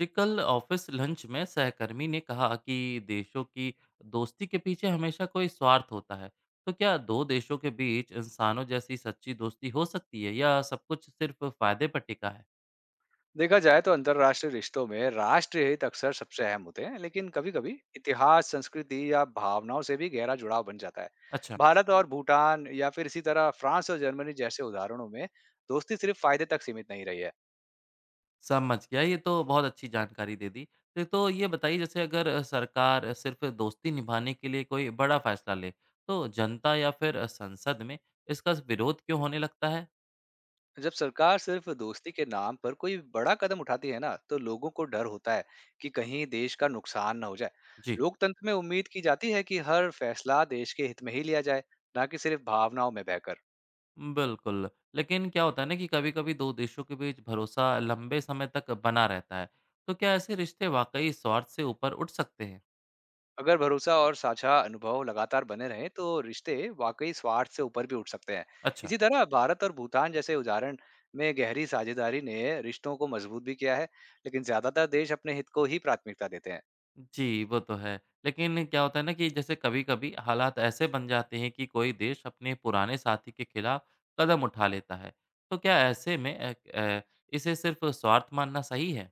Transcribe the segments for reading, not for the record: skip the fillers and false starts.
जी, कल office lunch में सहकर्मी ने कहा कि देशों की दोस्ती के पीछे हमेशा कोई स्वार्थ होता है। तो क्या दो देशों के बीच इंसानों जैसी सच्ची दोस्ती हो सकती है, या सब कुछ सिर्फ फायदे पर टिका है? देखा जाए तो अंतर्राष्ट्रीय रिश्तों में राष्ट्र हित अक्सर सबसे अहम होते हैं। लेकिन कभी कभी इतिहास, संस्कृति या भावनाओं से भी गहरा जुड़ाव बन जाता है। अच्छा, भारत और भूटान या फिर इसी तरह फ्रांस और जर्मनी जैसे उदाहरणों में दोस्ती सिर्फ फायदे तक सीमित नहीं रही है। समझ गया, ये तो बहुत अच्छी जानकारी दे दी। तो ये बताइए, जैसे अगर सरकार सिर्फ दोस्ती निभाने के लिए कोई बड़ा फैसला ले, तो जनता या फिर संसद में इसका विरोध क्यों होने लगता है? जब सरकार सिर्फ दोस्ती के नाम पर कोई बड़ा कदम उठाती है ना, तो लोगों को डर होता है कि कहीं देश का नुकसान ना हो जाए। जी। लोकतंत्र में उम्मीद की जाती है कि हर फैसला देश के हित में ही लिया जाए, ना कि सिर्फ भावनाओं में बहकर। बिल्कुल, लेकिन क्या होता है ना कि कभी-कभी 2 देशों के बीच भरोसा लंबे समय तक बना रहता है, तो क्या ऐसे रिश्ते वाक़ई स्वार्थ से ऊपर उठ सकते हैं? अगर भरोसा और साझा अनुभव लगातार बने रहें तो रिश्ते वाकई स्वार्थ से ऊपर भी उठ सकते हैं। अच्छा। इसी तरह भारत और भूटान जैसे उदाहरण में गहरी साझेदारी ने रिश्तों को मजबूत भी किया है। लेकिन ज्यादातर देश अपने हित को ही प्राथमिकता देते हैं। जी, वो तो है, लेकिन क्या होता है ना कि जैसे कभी-कभी हालात ऐसे बन जाते हैं कि कोई देश अपने पुराने साथी के खिलाफ कदम उठा लेता है, तो क्या ऐसे में इसे सिर्फ़ स्वार्थ मानना सही है?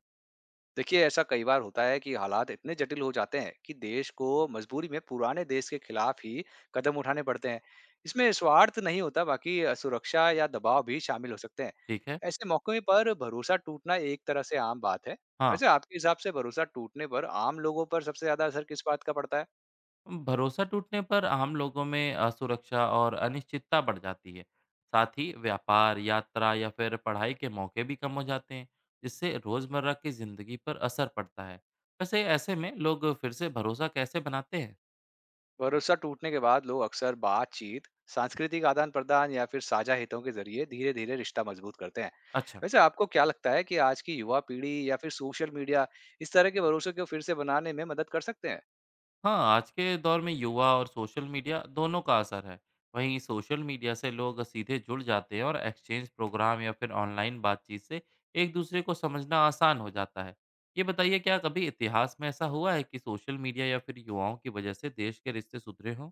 देखिए, ऐसा कई बार होता है कि हालात इतने जटिल हो जाते हैं कि देश को मजबूरी में पुराने देश के खिलाफ ही कदम उठाने पड़ते हैं। इसमें स्वार्थ नहीं होता, बाकी सुरक्षा या दबाव भी शामिल हो सकते हैं। ठीक है। ऐसे मौके पर भरोसा टूटना एक तरह से आम बात है। हाँ। वैसे आपके हिसाब से भरोसा टूटने पर आम लोगों पर सबसे ज्यादा असर किस बात का पड़ता है? भरोसा टूटने पर आम लोगों में असुरक्षा और अनिश्चितता बढ़ जाती है। साथ ही व्यापार, यात्रा या फिर पढ़ाई के मौके भी कम हो जाते हैं, जिससे रोजमर्रा की जिंदगी पर असर पड़ता है। वैसे ऐसे में लोग फिर से भरोसा कैसे बनाते हैं? भरोसा टूटने के बाद लोग अक्सर बातचीत, सांस्कृतिक आदान प्रदान या फिर साझा हितों के जरिए धीरे धीरे रिश्ता मजबूत करते हैं। अच्छा। वैसे आपको क्या लगता है कि आज की युवा पीढ़ी या फिर सोशल मीडिया इस तरह के भरोसे को फिर से बनाने में मदद कर सकते हैं? हाँ, आज के दौर में युवा और सोशल मीडिया दोनों का असर है। वहीं सोशल मीडिया से लोग सीधे जुड़ जाते हैं, और एक्सचेंज प्रोग्राम या फिर ऑनलाइन बातचीत से एक दूसरे को समझना आसान हो जाता है। ये बताइए, क्या कभी इतिहास में ऐसा हुआ है कि सोशल मीडिया या फिर युवाओं की वजह से देश के रिश्ते सुधरे हों?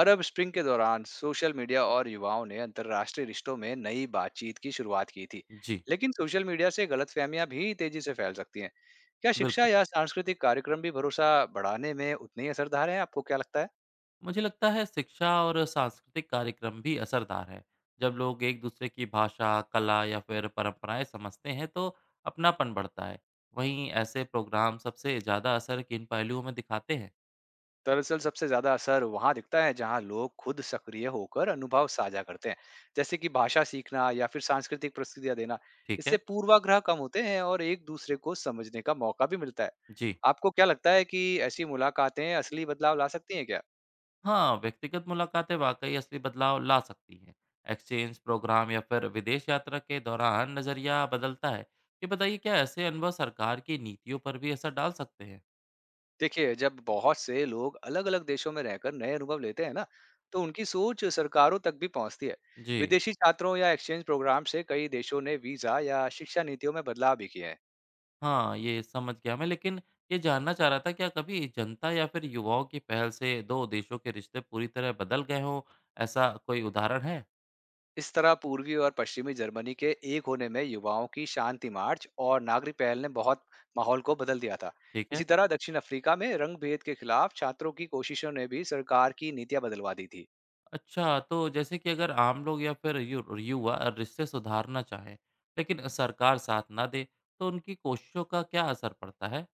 अरब स्प्रिंग के दौरान सोशल मीडिया और युवाओं ने अंतर्राष्ट्रीय रिश्तों में नई बातचीत की शुरुआत की थी। जी। लेकिन सोशल मीडिया से गलतफहमियां भी तेजी से फैल सकती हैं। क्या शिक्षा बिल्कुल। या सांस्कृतिक कार्यक्रम भी भरोसा बढ़ाने में उतने ही असरदार हैं? आपको क्या लगता है? मुझे लगता है शिक्षा और सांस्कृतिक कार्यक्रम भी असरदार है। जब लोग एक दूसरे की भाषा, कला या फिर परंपराएं समझते हैं, तो अपनापन बढ़ता है। वहीं ऐसे प्रोग्राम सबसे ज़्यादा असर किन पहलुओं में दिखाते हैं? दरअसल सबसे ज्यादा असर वहां दिखता है जहां लोग खुद सक्रिय होकर अनुभव साझा करते हैं, जैसे कि भाषा सीखना या फिर सांस्कृतिक प्रस्तुतियां देना। ठीक इससे है। पूर्वाग्रह कम होते हैं और एक दूसरे को समझने का मौका भी मिलता है। जी। आपको क्या लगता है कि ऐसी मुलाकातें असली बदलाव ला सकती हैं क्या? हाँ, व्यक्तिगत मुलाकातें वाकई असली बदलाव ला सकती हैं। एक्सचेंज प्रोग्राम या फिर विदेश यात्रा के दौरान नज़रिया बदलता है। ये बताइए, क्या ऐसे अनुभव सरकार की नीतियों पर भी असर डाल सकते हैं? देखिए, जब बहुत से लोग अलग अलग देशों में रहकर नए अनुभव लेते हैं ना, तो उनकी सोच सरकारों तक भी पहुंचती है। जी। विदेशी छात्रों या एक्सचेंज प्रोग्राम से कई देशों ने वीजा या शिक्षा नीतियों में बदलाव भी किए हैं। हाँ, ये समझ गया मैं, लेकिन ये जानना चाह रहा था, क्या कभी जनता या फिर युवाओं की पहल से 2 देशों के रिश्ते पूरी तरह बदल गए हों, ऐसा कोई उदाहरण है? इस तरह पूर्वी और पश्चिमी जर्मनी के एक होने में युवाओं की शांति मार्च और नागरिक पहल ने बहुत माहौल को बदल दिया था। ठीक है। इसी तरह दक्षिण अफ्रीका में रंग भेद के खिलाफ छात्रों की कोशिशों ने भी सरकार की नीतियां बदलवा दी थी। अच्छा, तो जैसे कि अगर आम लोग या फिर यु युवा रिश्ते सुधारना चाहें, लेकिन सरकार साथ ना दे, तो उनकी कोशिशों का क्या असर पड़ता है?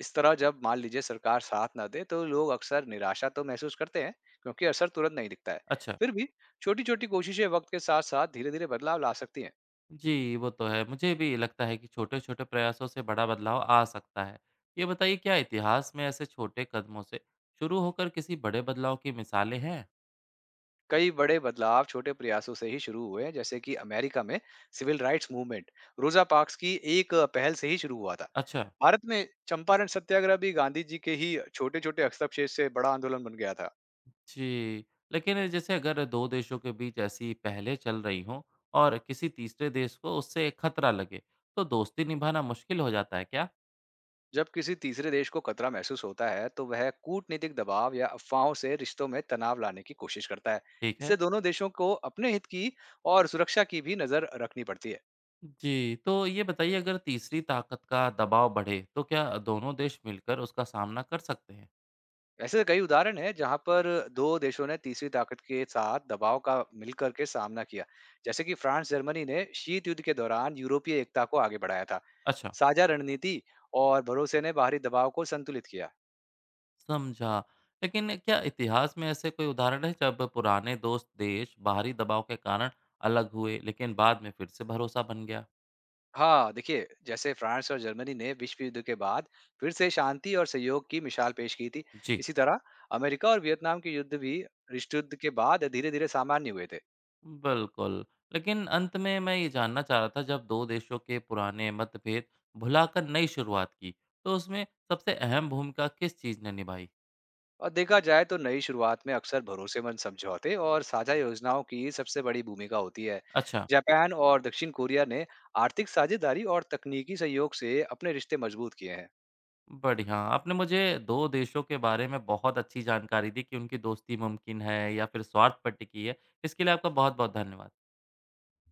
इस तरह जब मान लीजिए सरकार साथ ना दे, तो लोग अक्सर निराशा तो महसूस करते हैं, क्योंकि असर तुरंत नहीं दिखता है। अच्छा। फिर भी छोटी छोटी कोशिशें वक्त के साथ साथ धीरे धीरे बदलाव ला सकती हैं। जी, वो तो है। मुझे भी लगता है कि छोटे-छोटे प्रयासों से बड़ा बदलाव आ सकता है। ये बताइए, क्या इतिहास में ऐसे छोटे कदमों से शुरू होकर किसी बड़े बदलाव की मिसालें हैं? कई बड़े बदलाव छोटे प्रयासों से ही शुरू हुए, जैसे कि अमेरिका में civil rights movement Rosa Parks की एक पहल से ही शुरू हुआ था। अच्छा। भारत में चंपारण सत्याग्रह भी गांधी जी के ही छोटे छोटे हस्तक्षेप से बड़ा आंदोलन बन गया था। जी। लेकिन जैसे अगर 2 देशों के बीच ऐसी पहलें चल रही हों, और किसी तीसरे देश को उससे खतरा लगे, तो दोस्ती निभाना मुश्किल हो जाता है क्या? जब किसी तीसरे देश को खतरा महसूस होता है तो वह कूटनीतिक दबाव या अफवाहों से रिश्तों में तनाव लाने की कोशिश करता है। ठीक है। इससे दोनों देशों को अपने हित की और सुरक्षा की भी नजर रखनी पड़ती है। जी, तो ये बताइए, अगर तीसरी ताकत का दबाव बढ़े, तो क्या दोनों देश मिलकर उसका सामना कर सकते हैं? ऐसे कई उदाहरण हैं जहां पर दो देशों ने तीसरी ताकत के साथ दबाव का मिलकर के सामना किया, जैसे कि फ्रांस जर्मनी ने शीत युद्ध के दौरान यूरोपीय एकता को आगे बढ़ाया था। अच्छा, साझा रणनीति और भरोसे ने बाहरी दबाव को संतुलित किया। समझा। लेकिन क्या इतिहास में ऐसे कोई उदाहरण हैं जब पुराने दोस्त देश बाहरी दबाव के कारण अलग हुए, लेकिन बाद में फिर से भरोसा बन गया? हाँ, देखिए जैसे फ्रांस और जर्मनी ने विश्व युद्ध के बाद फिर से शांति और सहयोग की मिसाल पेश की थी। जी। इसी तरह अमेरिका और वियतनाम के युद्ध भी विश्व युद्ध के बाद धीरे धीरे सामान्य हुए थे। बिल्कुल। लेकिन अंत में मैं ये जानना चाह रहा था, जब 2 देशों के पुराने मतभेद भुलाकर नई शुरुआत की, तो उसमें सबसे अहम भूमिका किस चीज़ ने निभाई? और देखा जाए तो नई शुरुआत में अक्सर भरोसेमंद समझौते और साझा योजनाओं की सबसे बड़ी भूमिका होती है। अच्छा, जापान और दक्षिण कोरिया ने आर्थिक साझेदारी और तकनीकी सहयोग से अपने रिश्ते मजबूत किए हैं। बढ़िया। आपने मुझे 2 देशों के बारे में बहुत अच्छी जानकारी दी कि उनकी दोस्ती मुमकिन है या फिर स्वार्थ पर टिकी है। इसके लिए आपका बहुत-बहुत धन्यवाद।